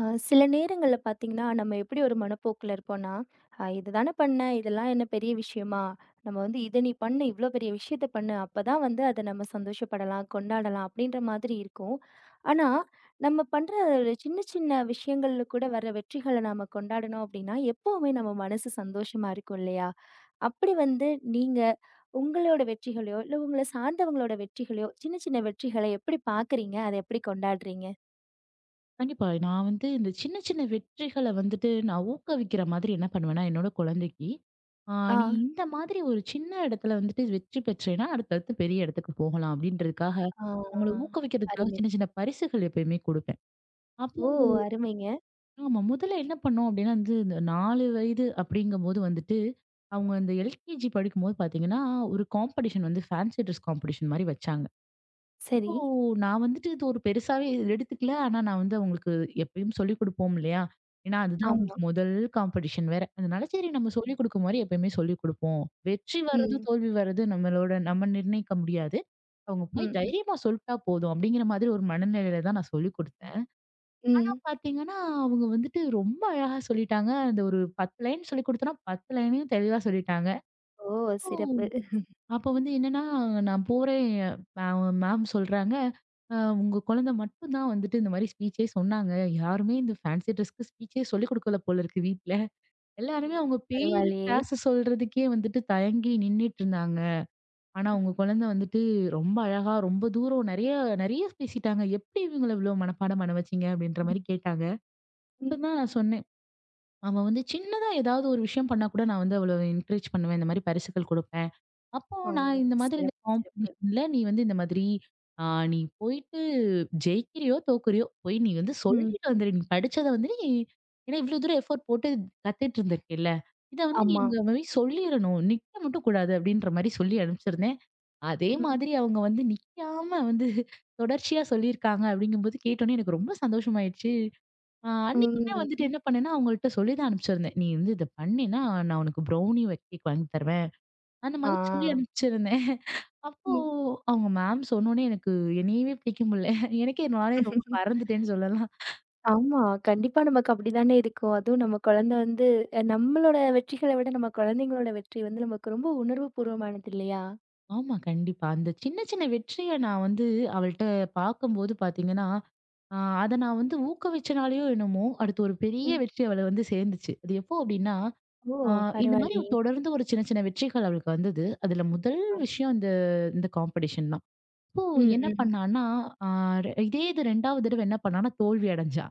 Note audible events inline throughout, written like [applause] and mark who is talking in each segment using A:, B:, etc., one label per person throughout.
A: அ சில நேரங்கள்ல பார்த்தீங்கன்னா, நம்ம எப்படி ஒரு மனப்போக்குல இருப்போம்னா, இதுதானே பண்ண, இதெல்லாம் என்ன பெரிய விஷயமா? நம்ம வந்து இத நீ பண்ணு, இவ்ளோ பெரிய விஷயத்த பண்ணு. அப்பதான் வந்து அத நம்ம சந்தோஷப்படலாம், கொண்டாடலாம்." அப்படின்ற மாதிரி இருக்கும். ஆனா, நம்ம பண்ற ஒரு சின்ன சின்ன விஷயங்கள்ல கூட வர வெற்றிகள நாம கொண்டாடணும் அப்படின்னா, எப்பவுமே நம்ம மனசு சந்தோஷமா இருக்கும் இல்லையா? அப்படி வந்து நீங்க உங்களோட வெற்றிகளையோ, இல்ல உங்கள சார்ந்தவங்களோட வெற்றிகளையோ, சின்ன சின்ன வெற்றிகள எப்படி பார்க்குறீங்க? அத எப்படி கொண்டாடுறீங்க?
B: கண்டிப்பா. நான் வந்து இந்த சின்ன சின்ன வெற்றிகள வந்துட்டு நான் ஊக்குவிக்கிற மாதிரி என்ன பண்ணுவேன்னா, என்னோட குழந்தைக்கு, "ஆ
A: ஆ,
B: நீ இந்த மாதிரி ஒரு சின்ன இடத்துல வந்துட்டு வெற்றி பெற்றேன்னா, அடுத்தடுத்து பெரிய இடத்துக்கு போகலாம்." அப்படின்றதுக்காக,
A: ஆ.
B: அவங்கள ஊக்குவிக்கிறதுக்காக
A: அருமை.
B: சின்ன சின்ன பரிசுகள் எப்பயுமே குடுப்பேன். அப்போ
A: ஓ! அருமைங்க.
B: ஆமா. முதல்ல என்ன பண்ணோம் அப்படின்னா வந்து, இந்த 4 வயது அப்படிங்கும்போது வந்துட்டு, அவங்க இந்த எல்கேஜி படிக்கும்போது பார்த்தீங்கன்னா, ஒரு காம்படிஷன் வந்து ஃபேன்சி ட்ரெஸ் காம்படிஷன் மாரி வச்சாங்க.
A: சரி.
B: இப்போ நான் வந்துட்டு இது ஒரு பெருசாவே எடுத்துக்கல. ஆனா நான் வந்து அவங்களுக்கு எப்பயும் சொல்லிக் குடுப்போம் இல்லையா? ஏன்னா, அதுதான்
A: ஆமா.
B: அவங்களுக்கு முதல் காம்படிஷன் வேற. அதனால சரி நம்ம
A: ம்.
B: சொல்லிக் குடுக்கும் மாரி எப்பயுமே சொல்லிக் குடுப்போம். வெற்றி வர்றது,
A: ம்.
B: தோல்வி வர்றது நம்மளோட நம்ம நிர்ணயிக்க முடியாது. அவங்க போய்
A: ம்.
B: தைரியமா சொல்ட்டா போதும் அப்படிங்கிற மாதிரி ஒரு மனநிலையில தான் நான் சொல்லிக் குடுத்தேன். ஆனா
A: ம்.
B: பார்த்தீங்கன்னா, அவங்க வந்துட்டு ரொம்ப அழகா சொல்லிட்டாங்க. அந்த ஒரு 10 லைன் சொல்லிக் குடுத்தோம்னா 10 லைனையும் தெளிவா சொல்லிட்டாங்க.
A: ஓ! சிறப்பு.
B: அப்ப வந்து என்னன்னா, நான் போறேன் மேம் மேம் சொல்றாங்க, "அ உங்க குழந்தை மட்டும் தான் வந்துட்டு இந்த மாரி ஸ்பீச்சே சொன்னாங்க. யாருமே இந்த ஃபேன்சி ட்ரெஸ்க்கு ஸ்பீச்சே சொல்லிக் கொடுக்கல போல இருக்கு வீட்ல.
A: ஓ!
B: எல்லாருமே அவங்க பேரு,
A: பரவாயில்லையே!
B: கிளாஸ் சொல்றதுக்கே வந்துட்டு தயங்கி நின்னுட்டு இருந்தாங்க. ஆனா
A: ம்.
B: உங்க குழந்தை வந்துட்டு ரொம்ப அழகா, ரொம்ப தூரம் நெறைய நெறைய பேசிட்டாங்க. எப்படி இவங்கள இவ்ளோ மனப்பாடம் பண்ண வச்சீங்க?" அப்படின்ற
A: ம்.
B: மாரி கேட்டாங்க. அப்ப
A: ம்.
B: தான் நான் சொன்னேன், "அவ வந்து சின்னதா ஏதாவது ஒரு விஷயம் பண்ணா கூட நான் வந்து அவள என்கரேஜ் பண்ணுவேன். இந்த மாரி பரிசுகள் கொடுப்பேன்." அப்போ
A: ஓ!
B: நான் இந்த மாதிரி இந்த
A: சிறப்பு, சிறப்பு.
B: காம்படிஷன்ல நீ வந்து இந்த மாதிரி ஆ நீ போயிட்டு ஜெயிக்கிறியோ! தோக்குறியோ! போய் நீ வந்து
A: ம்.
B: சொல்லிட்டு வந்துரு. நீ படிச்சத வந்து நீ ஏன்னா இவ்ளோ தூரம் எஃபோர்ட் போட்டு கத்துட்டு இருந்திருக்கல்ல. இத வந்து நீ
A: ஆமா.
B: இந்த மாரி சொல்லிரணும். நிக்க மட்டும் கூடாது அப்டின்ற மாரி சொல்லி அனுப்பிச்சிருந்தேன். அதே
A: ம்.
B: மாதிரி அவங்க வந்து நிக்காம வந்து தொடர்ச்சியா சொல்லியிருக்காங்க அப்டிங்கும்போது கேட்டோனே எனக்கு ரொம்ப சந்தோஷமாயிருச்சு. அன்னைக்குமே வந்துட்டு
A: ம்.
B: என்ன பண்ணேன்னா, அவங்கள்ட்ட சொல்லி தான் அனுப்பிச்சிருந்தேன். நீ வந்து இத பண்ணேன்னா நான் உனக்கு ப்ரௌனி கேக் வாங்கி தருவேன். அந்த
A: ஆ.
B: மாதிரி சொல்லி அனுப்பிச்சிருந்தேன். அப்போ
A: ம்.
B: அவங்க மேம் சொன்னோனே எனக்கு என்னையவே பிடிக்க முடியல. எனக்கே நானே ரொம்ப பறந்துட்டேன்னு சொல்லலாம்.
A: ஆமா. கண்டிப்பா நமக்கு அப்படிதானே இருக்கும். அதுவும் நம்ம குழந்தை வந்து நம்மளோட வெற்றிகள விட நம்ம குழந்தைங்களோட வெற்றி வந்து நமக்கு ரொம்ப உணர்வு பூர்வமானது இல்லையா?
B: ஆமா கண்டிப்பா. அந்த சின்ன சின்ன வெற்றிய நான் வந்து அவள்ட்ட பார்க்கும்போது பார்த்தீங்கன்னா, அ அத நான் வந்து ஊக்குவிச்சனாலயோ என்னமோ, அடுத்து ஒரு பெரிய
A: ம்.
B: வெற்றி அவள வந்து சேர்ந்துச்சு. அது எப்போ அப்டின்னா,
A: ஓ!
B: அ இந்த மாரி
A: பரவாயில்லையே!
B: தொடர்ந்து ஒரு சின்ன சின்ன வெற்றிகள் அவளுக்கு வந்தது. அதுல முதல்
A: ஆ.
B: விஷயம் இந்த இந்த காம்படிஷன் தான். அப்போ
A: ம்.
B: என்ன
A: ம்.
B: பண்ணான்னா, அ இது 2வது தடவ என்ன பண்ணான்னா தோல்வி அடைஞ்சா.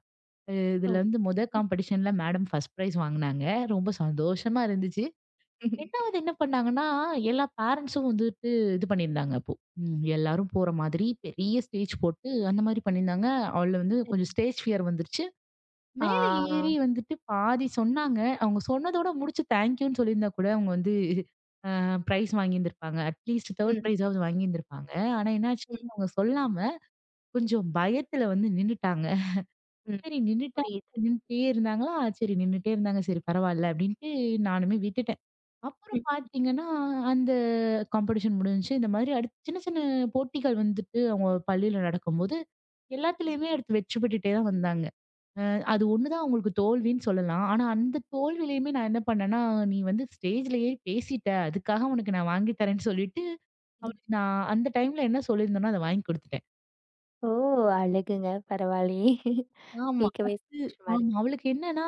B: இதுல
A: ஓகே.
B: வந்து முத காம்படிஷன்ல மேடம் ஃபர்ஸ்ட் பிரைஸ் வாங்குனாங்க. ரொம்ப சந்தோஷமா இருந்துச்சு. 2வது என்ன பண்ணாங்கன்னா, எல்லா பேரண்ட்ஸும் வந்துட்டு இது பண்ணியிருந்தாங்க அப்போ. ம் எல்லாரும் போற மாதிரி பெரிய ஸ்டேஜ் போட்டு அந்த மாரி பண்ணியிருந்தாங்க. அவள்ல வந்து
A: சரி.
B: கொஞ்சம் ஸ்டேஜ் ஃபியர் வந்துருச்சு. மேல
A: ஆ.
B: ஏறி வந்துட்டு பாதி சொன்னாங்க. அவங்க சொன்னதோட முடிச்சு தேங்க் யூன்னு சொல்லியிருந்தா கூட அவங்க வந்து பிரைஸ் வாங்கியிருந்திருப்பாங்க. அட்லீஸ்ட் 3ர்ட்
A: ம்.
B: பிரைஸாவது வாங்கியிருந்திருப்பாங்க. ஆனா என்னாச்சு
A: ம்.
B: அவங்க சொல்லாம கொஞ்சம் பயத்துல வந்து நின்னுட்டாங்க.
A: ம்.
B: சரி நின்னுட்டா
A: புரியுது.
B: நின்னுட்டே இருந்தாங்களா? சரி நின்னுட்டே இருந்தாங்க. சரி பரவால்ல அப்படின்ட்டு நானுமே விட்டுட்டேன். அப்புறம்
A: ம்.
B: பார்த்தீங்கன்னா, அந்த காம்படிஷன் முடிஞ்சுச்சு. இந்த மாதிரி அடுத்து சின்ன சின்ன போட்டிகள் வந்துட்டு அவங்க பள்ளியில நடக்கும்போது, எல்லாத்துலயுமே எடுத்து வெற்றி பெற்றுட்டே தான் வந்தாங்க. அ அது ஒண்ணு தான் அவங்களுக்கு தோல்வின்னு சொல்லலாம். ஆனா அந்த தோல்வியிலயுமே நான் என்ன பண்ணேன்னா, "நீ வந்து ஸ்டேஜ்ல ஏறி பேசிட்ட. அதுக்காக உனக்கு நான் வாங்கி தரேன்னு" சொல்லிட்டு, அவளுக்கு நான் அந்த டைம்ல என்ன சொல்லியிருந்தேனோ அத வாங்கி குடுத்துட்டேன்.
A: ஓ! அழகுங்க. பரவாயில்லயே!
B: ஆமா.
A: கேட்கவே சந்தோஷமா
B: ஆமா.
A: இருக்கு.
B: அவளுக்கு என்னன்னா,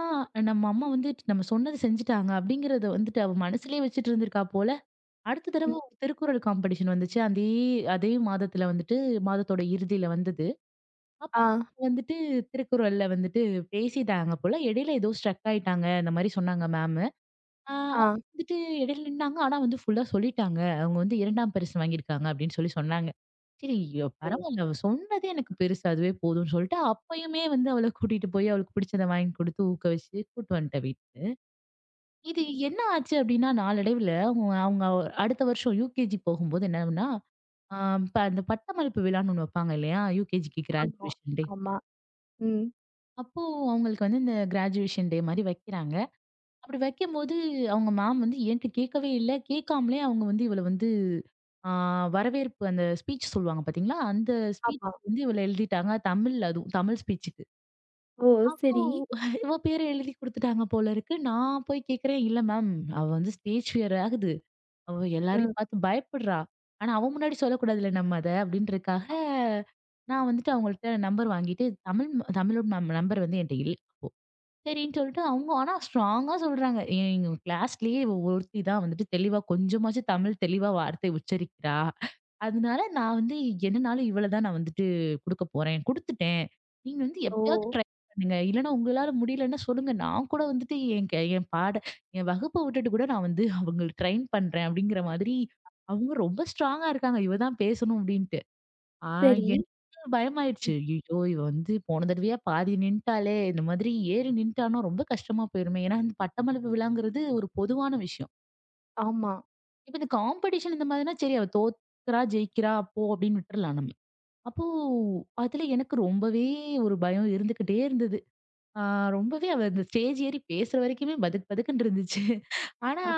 B: நம்ம அம்மா வந்து நம்ம சொன்னது செஞ்சுட்டாங்க அப்படிங்கிறத வந்துட்டு அவ மனசுலயே வச்சுட்டு இருந்திருக்கா போல. அடுத்த
A: ம்.
B: தடவ ஒரு திருக்குறள் காம்படிஷன் வந்துச்சு. அதே அதே மாதத்துல வந்துட்டு மாதத்தோட இறுதியில வந்தது. அப்ப
A: ஆ,
B: வந்துட்டு திருக்குறள்ல வந்துட்டு பேசிட்டாங்க போல. இடையில ஏதோ ஸ்ட்ரக் ஆயிட்டாங்க. இந்த மாரி சொன்னாங்க மேம். ஆ
A: ஆ.
B: வந்துட்டு இடையில நின்னாங்க. ஆனா வந்து ஃபுல்லா சொல்லிட்டாங்க. அவங்க வந்து 2ஆம் பரிசு வாங்கியிருக்காங்க அப்படின்னு சொல்லி சொன்னாங்க. சரி பரவால்ல.
A: [unintelligible]
B: அவ சொன்னதே எனக்கு பெருசு. அதுவே போதும்னு சொல்லிட்டு அப்பயுமே வந்து அவள கூட்டிட்டு போய் அவளுக்கு பிடிச்சத வாங்கி குடுத்து ஊக்கவிச்சு கூட்டு வந்துட்டேன் வீட்டுக்கு. இது என்ன ஆச்சு அப்படின்னா நாளடைவுல அவங்க அவங்க அடுத்த வருஷம் யுகேஜி போகும்போது என்னாகும்னா, ஆ இப்ப அந்த பட்டமளிப்பு விழான்னு ஒண்ணு வைப்பாங்க இல்லையா? யுகேஜிக்கு
A: ஆமா,
B: கிராஜுவேஷன் டே.
A: ஆமா. ம்.
B: அப்போ அவங்களுக்கு வந்து இந்த கிராஜுவேஷன் டே மாரி வைக்கிறாங்க. அப்படி வைக்கும்போது, அவங்க மேம் வந்து என்ட்ட கேட்கவே இல்ல. கேட்காமலே அவங்க வந்து இவள வந்து ஆ வரவேற்பு அந்த ஸ்பீச் சொல்லுவாங்க பாத்தீங்களா? அந்த ஸ்பீச்
A: ஆமா.
B: வந்து இவள எழுதிட்டாங்க. தமிழ்ல அதுவும். தமிழ் ஸ்பீச்சுக்கு.
A: ஓ!
B: அப்போ
A: சரி.
B: இவ பேர எழுதி குடுத்துட்டாங்க போல இருக்கு. நான் போய் கேட்கிறேன், "இல்ல மேம், அவ வந்து ஸ்டேஜ் ஃபியர் ஆகுது. அவ எல்லாரையும்
A: ம்.
B: பார்த்து பயப்படுறா. ஆனா, அவ முன்னாடி சொல்லக்கூடாதுல்ல நம்ம அத." அப்படின்றதுக்காக நான் வந்துட்டு அவங்கள்ட்ட நம்பர் வாங்கிட்டு, தமிழோட மேம் நம்பர் வந்து என்ட்ட இல்ல. அப்போ சரின்னு சொல்லிட்டு அவங்க ஆனா ஸ்ட்ராங்கா சொல்றாங்க. எங்க கிளாஸ்லயே இவ ஒருத்தி தான் வந்துட்டு தெளிவா கொஞ்சமாச்சும் தமிழ் தெளிவா வார்த்தை உச்சரிக்கிறா. அதனால நான் வந்து என்னனாலும் இவள தான் நான் வந்துட்டு குடுக்கப் போறேன். குடுத்துட்டேன். நீங்க வந்து
A: ஓ!
B: எப்பயாவது ட்ரை பண்ணுங்க. இல்லன்னா உங்களால முடியலன்னா சொல்லுங்க. நான் கூட வந்துட்டு என் பாட என் வகுப்ப விட்டுட்டு கூட நான் வந்து அவங்கள ட்ரெயின் பண்றேன் அப்படிங்கிற மாதிரி அவங்க ரொம்ப ஸ்ட்ராங்கா இருக்காங்க. இவ தான் பேசணும் அப்படின்ட்டு. ஆ
A: சரி.
B: எனக்கு
A: ம்.
B: பயமாயிடுச்சு. ஐயையோ! இவ வந்து போன தடவையா பாதி நின்ட்டாளே! இந்த மாதிரி ஏறி நின்ட்டான்னா ரொம்ப கஷ்டமா போயிருமே! ஏன்னா, இந்த பட்டமளிப்பு விழாங்கிறது ஒரு பொதுவான விஷயம்.
A: ஆமா.
B: இப்ப இந்த காம்படிஷன் இந்த மாதிரினா சரி அவ தோக்குறா, ஜெயிக்கிறா போ! அப்படின்னு விட்டுறலாம் நம்ம. அப்போ, அதுல எனக்கு ரொம்பவே ஒரு பயம் இருந்துகிட்டே இருந்தது. ஆ ரொம்பவே அவ அந்த ஸ்டேஜ் ஏறி பேசுற வரைக்குமே பதக் பதக்குன்னு இருந்துச்சு. ஆனா,
A: அ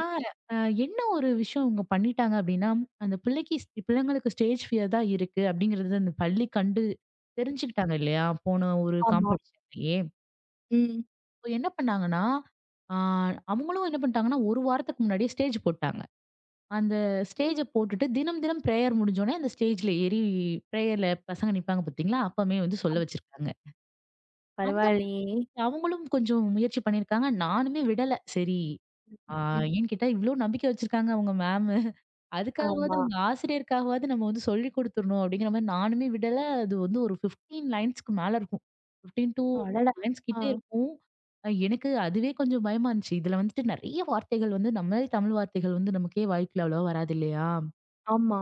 B: அ என்ன ஒரு விஷயம் இவங்க பண்ணிட்டாங்க அப்டின்னா, அந்த பிள்ளைக்கு பிள்ளைங்களுக்கு ஸ்டேஜ் ஃபியர் தான் இருக்கு அப்டிங்கிறது அந்த பள்ளி கண்டு தெரிஞ்சுக்கிட்டாங்க இல்லையா? போன ஒரு
A: ஆமா.
B: காம்படிஷன்லயே.
A: ம்.
B: அப்ப என்ன பண்ணாங்கன்னா, ஆ அவங்களும் என்ன பண்ணிட்டாங்கன்னா, ஒரு வாரத்துக்கு முன்னாடியே ஸ்டேஜ் போட்டாங்க. அந்த ஸ்டேஜ போட்டுட்டு தினம் தினம் பிரேயர் முடிஞ்சோனே அந்த ஸ்டேஜ்ல ஏறி பிரேயர்ல பசங்க நிப்பாங்க பார்த்தீங்களா? அப்பமே வந்து சொல்ல
A: அப்
B: வச்சிருக்காங்க.
A: பரவாயில்லயே!
B: அவங்களும் கொஞ்சம் முயற்சி பண்ணியிருக்காங்க. நானுமே விடல. சரி, ஆ ஏன்னு கேட்டா, இவ்ளோ நம்பிக்கை வச்சிருக்காங்க அவங்க மேமு. அதுக்காகவாவது
A: ஆமா.
B: அவங்க ஆசிரியருக்காகவாவது நம்ம வந்து சொல்லிக் குடுத்துறணும் அப்படிங்கிற மாரி நானுமே விடல. அது வந்து ஒரு 15 லைன்ஸ்க்கு மேல இருக்கும்.
A: அடடா!
B: 15-10 லைன்ஸ்
A: ஆ.
B: கிட்ட இருக்கும். எனக்கு அதுவே கொஞ்சம் பயமா இருந்துச்சு. இதுல வந்துட்டு நெறைய வார்த்தைகள் வந்து நம்மளே தமிழ் வார்த்தைகள் வந்து நமக்கே வாய்க்குள்ள அவ்வளவா வராது இல்லையா?
A: ஆமா.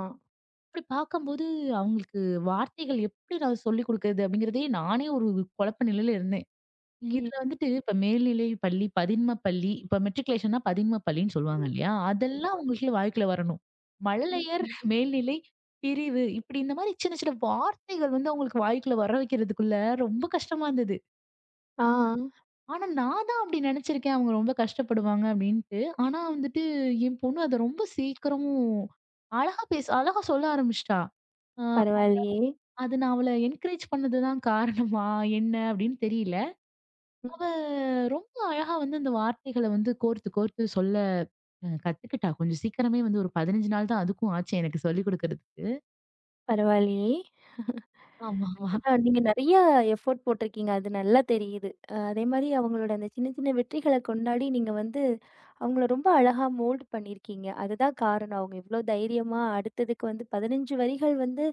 B: அப்படி பார்க்கும்போது அவங்களுக்கு வார்த்தைகள் எப்படி நான் சொல்லிக் குடுக்குறது அப்படிங்கிறதே நானே ஒரு குழப்ப நிலையில இருந்தேன்.
A: ம்.
B: இதுல வந்துட்டு இப்ப மேல்நிலை பள்ளி, பதின்ம பள்ளி, இப்ப மெட்ரிகுலேஷன்னா பதின்ம பள்ளின்னு சொல்லுவாங்க இல்லையா? அதெல்லாம்
A: ஆமா.
B: உங்களுக்கு வாழ்க்கையில வரணும். மழலையர்,
A: ம்.
B: மேல்நிலை, பிரிவு இப்படி இந்த மாரி சின்ன சின்ன வார்த்தைகள் வந்து அவங்களுக்கு வாய்க்குள்ள வர வைக்கிறதுக்குள்ள ரொம்ப கஷ்டமா இருந்தது.
A: ஆ.
B: ஆனா நான் தான் அப்படி நெனச்சிருக்கேன். அவங்க ரொம்ப கஷ்டப்படுவாங்க அப்படின்ட்டு. ஆனா வந்துட்டு என் பொண்ணு அத ரொம்ப சீக்கிரமும் அழகா பேச அழகா சொல்ல ஆரம்பிச்சுட்டா. அ
A: பரவாயில்லயே!
B: அது நான் அவள என்கரேஜ் பண்ணது தான் காரணமா? என்ன அப்படின்னு தெரியல.
A: ம்.
B: அவ ரொம்ப அழகா வந்து அந்த வார்த்தைகள வந்து கோர்த்து, கோர்த்து சொல்ல கத்துக்கிட்டா. கொஞ்சம் சீக்கிரமே வந்து ஒரு 15 நாள் தான் அதுக்கும் ஆச்சு எனக்கு சொல்லிக் குடுக்குறதுக்கு.
A: பரவாயில்லயே!
B: ஆமா, ஆமா.
A: அதான் நீங்க நெறைய எஃபோர்ட் போட்டிருக்கீங்க. அது நல்லா தெரியுது. அதே மாரி அவங்களோட அந்த சின்ன சின்ன வெற்றிகள கொண்டாடி நீங்க வந்து அவங்கள ரொம்ப அழகா மோல்ட் பண்ணியிருக்கீங்க. அதுதான் காரணம். அவங்க எவ்ளோ தைரியமா அடுத்ததுக்கு வந்து 15 வரிகள் வந்து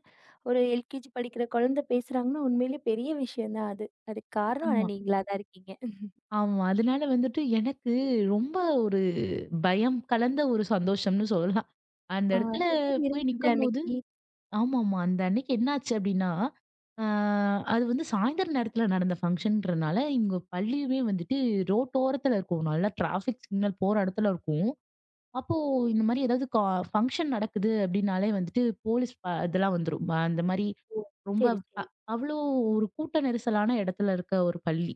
A: ஒரு எல்கேஜி படிக்கிற குழந்தை பேசுறாங்கன்னா, உண்மையிலே பெரிய விஷயம் தான் அது. அதுக்கு காரணம் ஆனா
B: ஆமா,
A: நீங்களா தான் இருக்கீங்க.
B: ஆமா. அதனால வந்துட்டு எனக்கு ரொம்ப ஒரு பயம் கலந்த ஒரு சந்தோஷம்னு சொல்லலாம். அந்த
A: ஆ
B: இடத்துல
A: எப்படி
B: போய்
A: இருந்தது
B: நிக்கும்போது
A: அன்னைக்கு?
B: ஆமாமா. அந்த அன்னைக்கு என்னாச்சு அப்டின்னா, ஆ அது வந்து சாயந்தர நேரத்துல நடந்த ஃபங்ஷன்றனால, இங்க பள்ளியுமே வந்துட்டு ரோட்டோரத்துல இருக்கும். நல்லா டிராஃபிக் சிக்னல் போற இடத்துல இருக்கும். அப்போ இந்த மாரி ஏதாவது ஃபங்ஷன் நடக்குது அப்டின்னாலே வந்துட்டு போலீஸ் இதெல்லாம் வந்துரும். அந்த மாரி
A: ஓ!
B: ரொம்ப
A: சரி,
B: அ
A: சரி.
B: அவ்ளோ ஒரு கூட்ட நெரிசலான இடத்துல இருக்க ஒரு பள்ளி.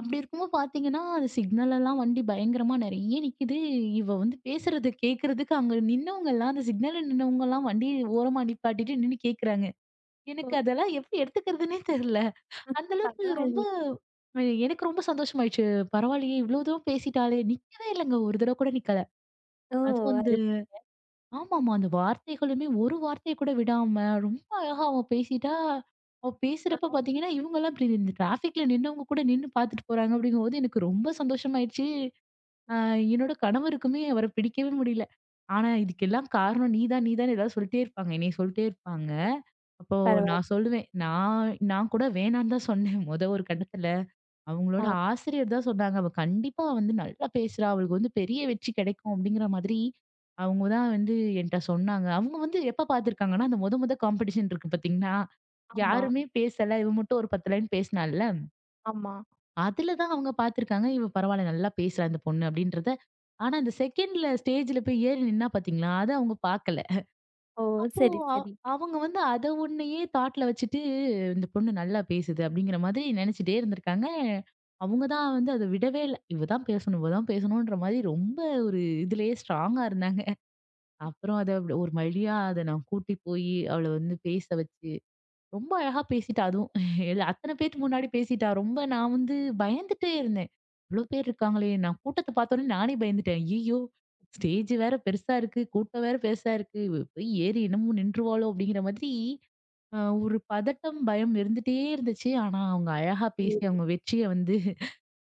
B: அப்டி இருக்கும்போது பார்த்தீங்கன்னா, அது சிக்னல் எல்லாம் வண்டி பயங்கரமா நெறைய நிக்குது. இவ வந்து பேசுறது கேட்கறதுக்கு அங்க நின்னவங்கலாம் அந்த சிக்னல்ல நின்னவங்கலாம் வண்டிய ஓரமா நிப்பாட்டிட்டு நின்னு கேட்கறாங்க.
A: ஓ!
B: எனக்கு அதெல்லாம் எப்டி எடுத்துக்கிறதுன்னே தெர்ல. அந்த அளவுக்கு ரொம்ப
A: பரவாயில்லையே!
B: எனக்கு ரொம்ப சந்தோஷமாயிடுச்சு. பரவாயில்லையே இவ்ளோ தூரம் பேசிட்டாளே! நிக்கவே இல்லங்க. ஒரு தடவ கூட நிக்கல.
A: ஓ!
B: அதுவும் அந்த
A: அரு
B: ஆமாமா. அந்த வார்த்தைகளுமே ஒரு வார்த்தை கூட விடாம, ரொம்ப அழகா அவ பேசிட்டா, அவ
A: ஆ,
B: பேசுறப்ப பாத்தீங்கன்னா, இவங்கலாம் இப்டி இந்த டிராஃபிக்ல நின்னவங்க கூட நின்னு பாத்துட்டு போறாங்க அப்டிங்கும்போது, எனக்கு ரொம்ப சந்தோஷமாயிடுச்சு. அ என்னோட கணவருக்குமே அவர பிடிக்கவே முடியல. ஆனா, இதுக்கெல்லாம் காரணம் நீ தான், நீ தான் ஏதாவது சொல்ட்டே இருப்பாங்க. என்னைய சொல்ட்டே இருப்பாங்க. அப்போ
A: பரவாயில்ல.
B: நான் சொல்லுவேன். நான் நான் கூட வேணான்னு தான் சொன்னேன். மொத ஒரு கட்டத்துல.
A: ஆ
B: அவங்களோட ஆசிரியர் தான் சொன்னாங்க. அவ கண்டிப்பா வந்து நல்லா பேசுறா. அவளுக்கு வந்து பெரிய வெற்றி கிடைக்கும் அப்படிங்கிற மாதிரி, அவங்க தான் வந்து என்ட்ட சொன்னாங்க. அவங்க வந்து எப்ப பார்த்துருக்காங்கன்னா, அந்த மொத மொத காம்படிஷன் இருக்கு பார்த்தீங்களா?
A: ஆமா,
B: யாருமே பேசல. இவ மட்டும் ஒரு 10 லைன் பேசினால்ல.
A: ஆமா.
B: அதுல தான் அவங்க பார்த்துருக்காங்க. இவ பரவாயில்ல நல்லா பேசுறா இந்த பொண்ணு அப்படின்றத. ஆனா, அந்த செகண்ட்ல ஸ்டேஜ்ல போய் ஏறி நின்னா பார்த்தீங்களா? அத அவங்க பார்க்கல.
A: ஓ!
B: அப்போ
A: சரி,
B: அ
A: சரி.
B: அவங்க வந்து அத ஒன்னையே தாட்ல வச்சுட்டு, இந்த பொண்ணு நல்லா பேசுது அப்படிங்கிற மாதிரி நெனச்சுட்டே இருந்திருக்காங்க. அவங்க தான் வந்து அத விடவே இல்ல. இவ தான் பேசணும், இவ தான் பேசணுன்ற மாரி ரொம்ப ஒரு இதுலயே ஸ்ட்ராங்கா இருந்தாங்க. அப்புறம் அத ஒரு வழியா அத நான் கூட்டி போயி அவள வந்து பேச வச்சு ரொம்ப அழகா பேசிட்டா அதுவும். இல்ல அத்தன பேத்துக்கு முன்னாடி பேசிட்டா. ரொம்ப நான் வந்து பயந்துட்டே இருந்தேன். இவ்ளோ பேர் இருக்காங்களே! நான் கூட்டத்த பார்த்தோனே நானே பயந்துட்டேன். ஐயய்யோ! ஸ்டேஜ் வேற பெருசா இருக்கு. கூட்டம் வேற பெருசா இருக்கு. இவ போய் ஏறி என்னமோ நின்றுவாளோ! அப்படிங்கிற மாதிரி ஒரு பதட்டம், பயம் இருந்துட்டே இருந்துச்சு. ஆனா அவங்க அழகா பேசி
A: புரியுது.
B: அவங்க வெற்றிய வந்து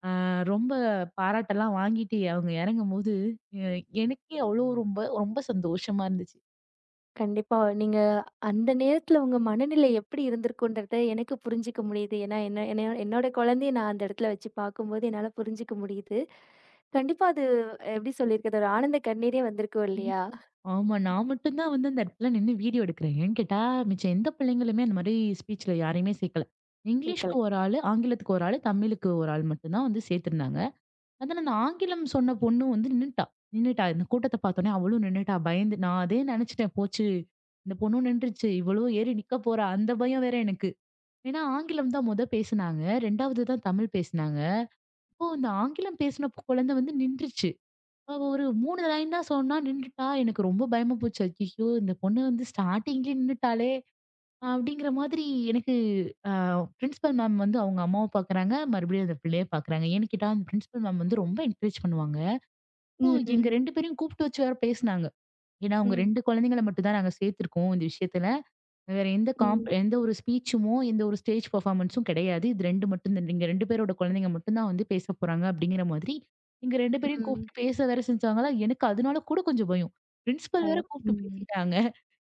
B: அ ரொம்ப பாராட்டெல்லாம் வாங்கிட்டு அவங்க இறங்கும்போது, எ எனக்கே அவ்வளோ ரொம்ப ரொம்ப சந்தோஷமா இருந்துச்சு.
A: கண்டிப்பா. நீங்க அந்த நேரத்துல உங்க மனநிலை எப்படி இருந்திருக்குன்றத எனக்கு புரிஞ்சுக்க முடியுது. ஏன்னா, என்ன என்ன என்னோட குழந்தைய நான் அந்த இடத்துல வச்சு பார்க்கும்போது என்னால புரிஞ்சுக்க முடியுது. கண்டிப்பா அது எப்படி சொல்லியிருக்கிறது, ஒரு ஆனந்த கண்ணீரே வந்திருக்கும் இல்லையா?
B: ஆமா. நான் மட்டும் தான் வந்து அந்த இடத்துல நின்னு வீடியோ எடுக்கிறேன். ஏன்னு கேட்டா, மிச்சம் எந்த பிள்ளைங்களுமே அந்த மாரி ஸ்பீச்ல யாரையுமே சேர்க்கல.
A: கேட்கல.
B: இங்கிலீஷ்க்கு ஒரு ஆளு, ஆங்கிலத்துக்கு ஒரு ஆளு, தமிழுக்கு ஒரு ஆள் மட்டும் தான் வந்து சேர்த்திருந்தாங்க. அதுல அந்த ஆங்கிலம் சொன்ன பொண்ணு வந்து நின்னுட்டா. நின்னுட்டா. இந்த கூட்டத்த பார்த்தோனே அவளும் நின்னுட்டா. பயந்து நான் அதே நினைச்சுட்டேன், போச்சு இந்த பொண்ணும் நின்றுச்சு. இவளும் ஏறி நிக்க போறா. அந்த பயம் வேற எனக்கு. ஏன்னா ஆங்கிலம் தான் மொத பேசுனாங்க. 2வது தான் தமிழ் பேசுனாங்க. அப்போ இந்த ஆங்கிலம் பேசின குழந்தை வந்து நின்றுச்சு. அவ ஒரு 3 லைன் தான் சொன்னா, நின்னுட்டா. எனக்கு ரொம்ப பயமா போச்சு. "ஐயய்யோ! இந்த பொண்ணு வந்து ஸ்டார்ட்டிங்லயே நின்னுட்டாளே!" அப்படிங்கிற மாதிரி எனக்கு அ பிரின்சிபல் மேம் வந்து அவங்க அம்மாவ பார்க்குறாங்க, மறுபடியும் அந்த பிள்ளைய பார்க்குறாங்க. ஏன்னு கேட்டா, அந்த பிரின்சிபல் மேம் வந்து ரொம்ப என்கரேஜ் பண்ணுவாங்க. அப்போ
A: ம்,
B: எங்க
A: ம்,
B: 2 பேரையும் கூப்பிட்டு வச்சு வேற பேசுனாங்க. ஏன்னா, அவங்க
A: ம்,
B: 2 குழந்தைங்கள மட்டும் தான் நாங்க சேர்த்துருக்கோம் இந்த விஷயத்துல. வேற எந்த காம்ப்
A: ம்,
B: எந்த ஒரு ஸ்பீச்சுமோ, எந்த ஒரு ஸ்டேஜ் பெர்ஃபார்மன்ஸும் கிடையாது. இது 2 மட்டும்தான். நீங்க 2 பேரோட குழந்தைங்க மட்டும் தான் வந்து பேச போறாங்க அப்படிங்கிற மாதிரி, எங்க 2 பேரையும்
A: ம்.
B: கூப்பிட்டு பேச வேற செஞ்சாங்களா, எனக்கு அதனால கூட கொஞ்சம் பயம். பிரின்சிபல் வேற
A: பயம்.
B: கூப்பிட்டு
A: ம்.
B: பேசிட்டாங்க.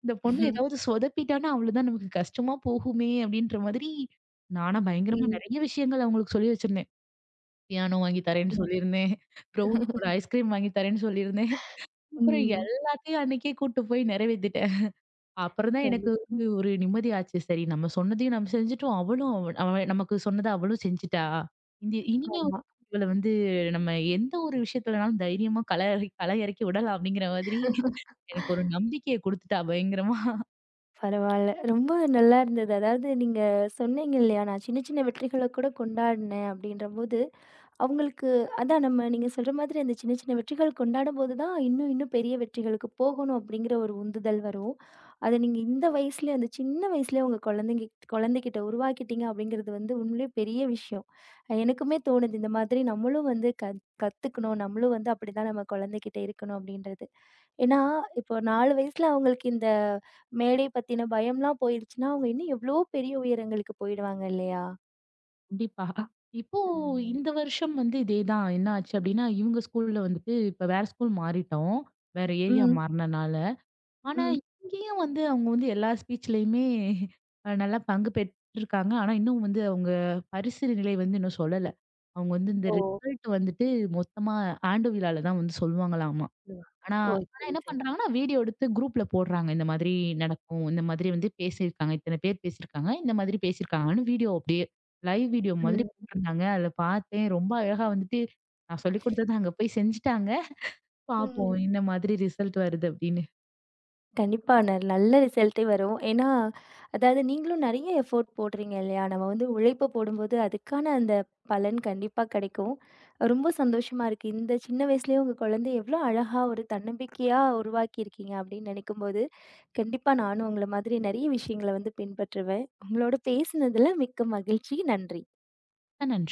B: இந்த பொண்ணு ஏதாவது
A: [laughs]
B: சொதப்பிட்டான்னா அவ்வளோதான் நமக்கு கஷ்டமா போகுமே அப்படின்ற மாதிரி, நானா பயங்கரமா
A: ம்,
B: நெறைய விஷயங்கள் அவங்களுக்கு சொல்லி வச்சிருந்தேன். பியானோ வாங்கி தரேன்னு
A: ம்,
B: சொல்லியிருந்தேன். ப்ரௌனி கூட ஐஸ்கிரீம் வாங்கி தரேன்னு சொல்லியிருந்தேன். அப்புறம்
A: ம்.
B: எல்லாத்தையும் அன்னைக்கே கூட்டு போய் நிறைவேத்திட்டேன். அப்புறம் தான் எனக்கு
A: கண்டிப்பா.
B: வந்து ஒரு நிம்மதி ஆச்சு. சரி நம்ம சொன்னதையும் நம்ம செஞ்சுட்டோம். அவளும் அவ அவ- நமக்கு சொன்னத அவளும் செஞ்சுட்டா. இந்த இனிமே
A: ஆமா.
B: வந்து இவள வந்து நம்ம எந்த ஒரு விஷயத்துலனாலும் தைரியமா கள இறக்கி கள இறக்கி விடலாம் அப்படிங்கிற மாதிரி எனக்கு ஒரு நம்பிக்கைய குடுத்துட்டா பயங்கரமா.
A: பரவால்ல. ரொம்ப நல்லா இருந்தது. அதாவது நீங்க சொன்னீங்க இல்லையா, நான் சின்ன சின்ன வெற்றிகள கூட கொண்டாடினேன் அப்படின்றபோது, அவங்களுக்கு அதான் நம்ம நீங்க சொல்ற மாதிரி அந்த சின்ன சின்ன வெற்றிகள் கொண்டாடும்போது தான், இன்னும் இன்னும் பெரிய வெற்றிகளுக்கு போகணும் அப்படிங்கிற ஒரு உந்துதல் வரும். அத நீங்க இந்த வயசுலயே அந்த சின்ன வயசுலயே உங்க குழந்தைங்க குழந்தைகிட்ட உருவாக்கிட்டீங்க அப்படிங்கிறது வந்து உண்மையிலேயே பெரிய விஷயம். எனக்குமே தோணுது இந்த மாதிரி நம்மளும் வந்து கத்துக்கணும். நம்மளும் வந்து அப்படிதான் நம்ம குழந்தைகிட்ட இருக்கணும் அப்படின்றது. ஏன்னா, இப்போ 4 வயசுல அவங்களுக்கு இந்த மேடை பத்தின பயம்லாம் போயிடுச்சுன்னா, அவங்க இன்னும் எவ்ளோ பெரிய உயரங்களுக்கு போயிடுவாங்க இல்லையா?
B: கண்டிப்பா. இப்போ
A: ம்.
B: இந்த வருஷம் வந்து இதேதான். என்ன ஆச்சு அப்படின்னா, இவங்க ஸ்கூல்ல வந்துட்டு இப்ப வேற ஸ்கூல் மாறிட்டோம். வேற ஏரியா
A: ம்,
B: மாறுனனால. ஆனா,
A: ம்.
B: இங்கேயும் வந்து அவங்க வந்து எல்லா ஸ்பீச்லயுமே நல்லா பங்கு பெற்றிருக்காங்க. ஆனா, இன்னும் வந்து அவங்க பரிசு நிலை வந்து இன்னும் சொல்லல. அவங்க வந்து இந்த
A: ஓ!
B: ரிசல்ட் வந்துட்டு மொத்தமா ஆண்டு விழால தான் வந்து சொல்லுவாங்களாமா.
A: அப்டியா?
B: ஆனா
A: ஓ!
B: ஆனா
A: சரி,
B: என்ன
A: சரி.
B: பண்றாங்கன்னா, வீடியோ எடுத்து குரூப்ல போடுறாங்க. இந்த மாதிரி நடக்கும். இந்த மாதிரி வந்து பேசியிருக்காங்க. இத்தன பேர் பேசியிருக்காங்க. இந்த மாதிரி பேசியிருக்காங்கன்னு வீடியோ அப்படியே லைவ் வீடியோ மாதிரி
A: ம்,
B: போட்டிருந்தாங்க. அதுல பார்த்தேன். ரொம்ப அழகா வந்துட்டு நான் சொல்லிக் குடுத்தத அங்க போய் செஞ்சுட்டாங்க.
A: ம்.
B: பார்ப்போம். இந்த மாதிரி ரிசல்ட் வருது அப்படின்னு.
A: கண்டிப்பா. நல்ல ரிசல்ட்டே வரும். ஏன்னா, அதாவது நீங்களும் நெறைய எஃபோர்ட் போடுறீங்க இல்லையா? நம்ம வந்து உழைப்ப போடும்போது, அதுக்கான அந்த பலன் கண்டிப்பா கெடைக்கும். ரொம்ப சந்தோஷமா இருக்கு. இந்த சின்ன வயசுலயே உங்க குழந்தைய எவ்ளோ அழகா ஒரு தன்னம்பிக்கையா உருவாக்கியிருக்கீங்க அப்படின்னு நெனைக்கும்போது, கண்டிப்பா நானும் உங்கள மாதிரி நெறைய விஷயங்கள வந்து பின்பற்றுவேன். உங்களோட பேசினதுல மிக்க மகிழ்ச்சி. நன்றி.
B: நன்றி.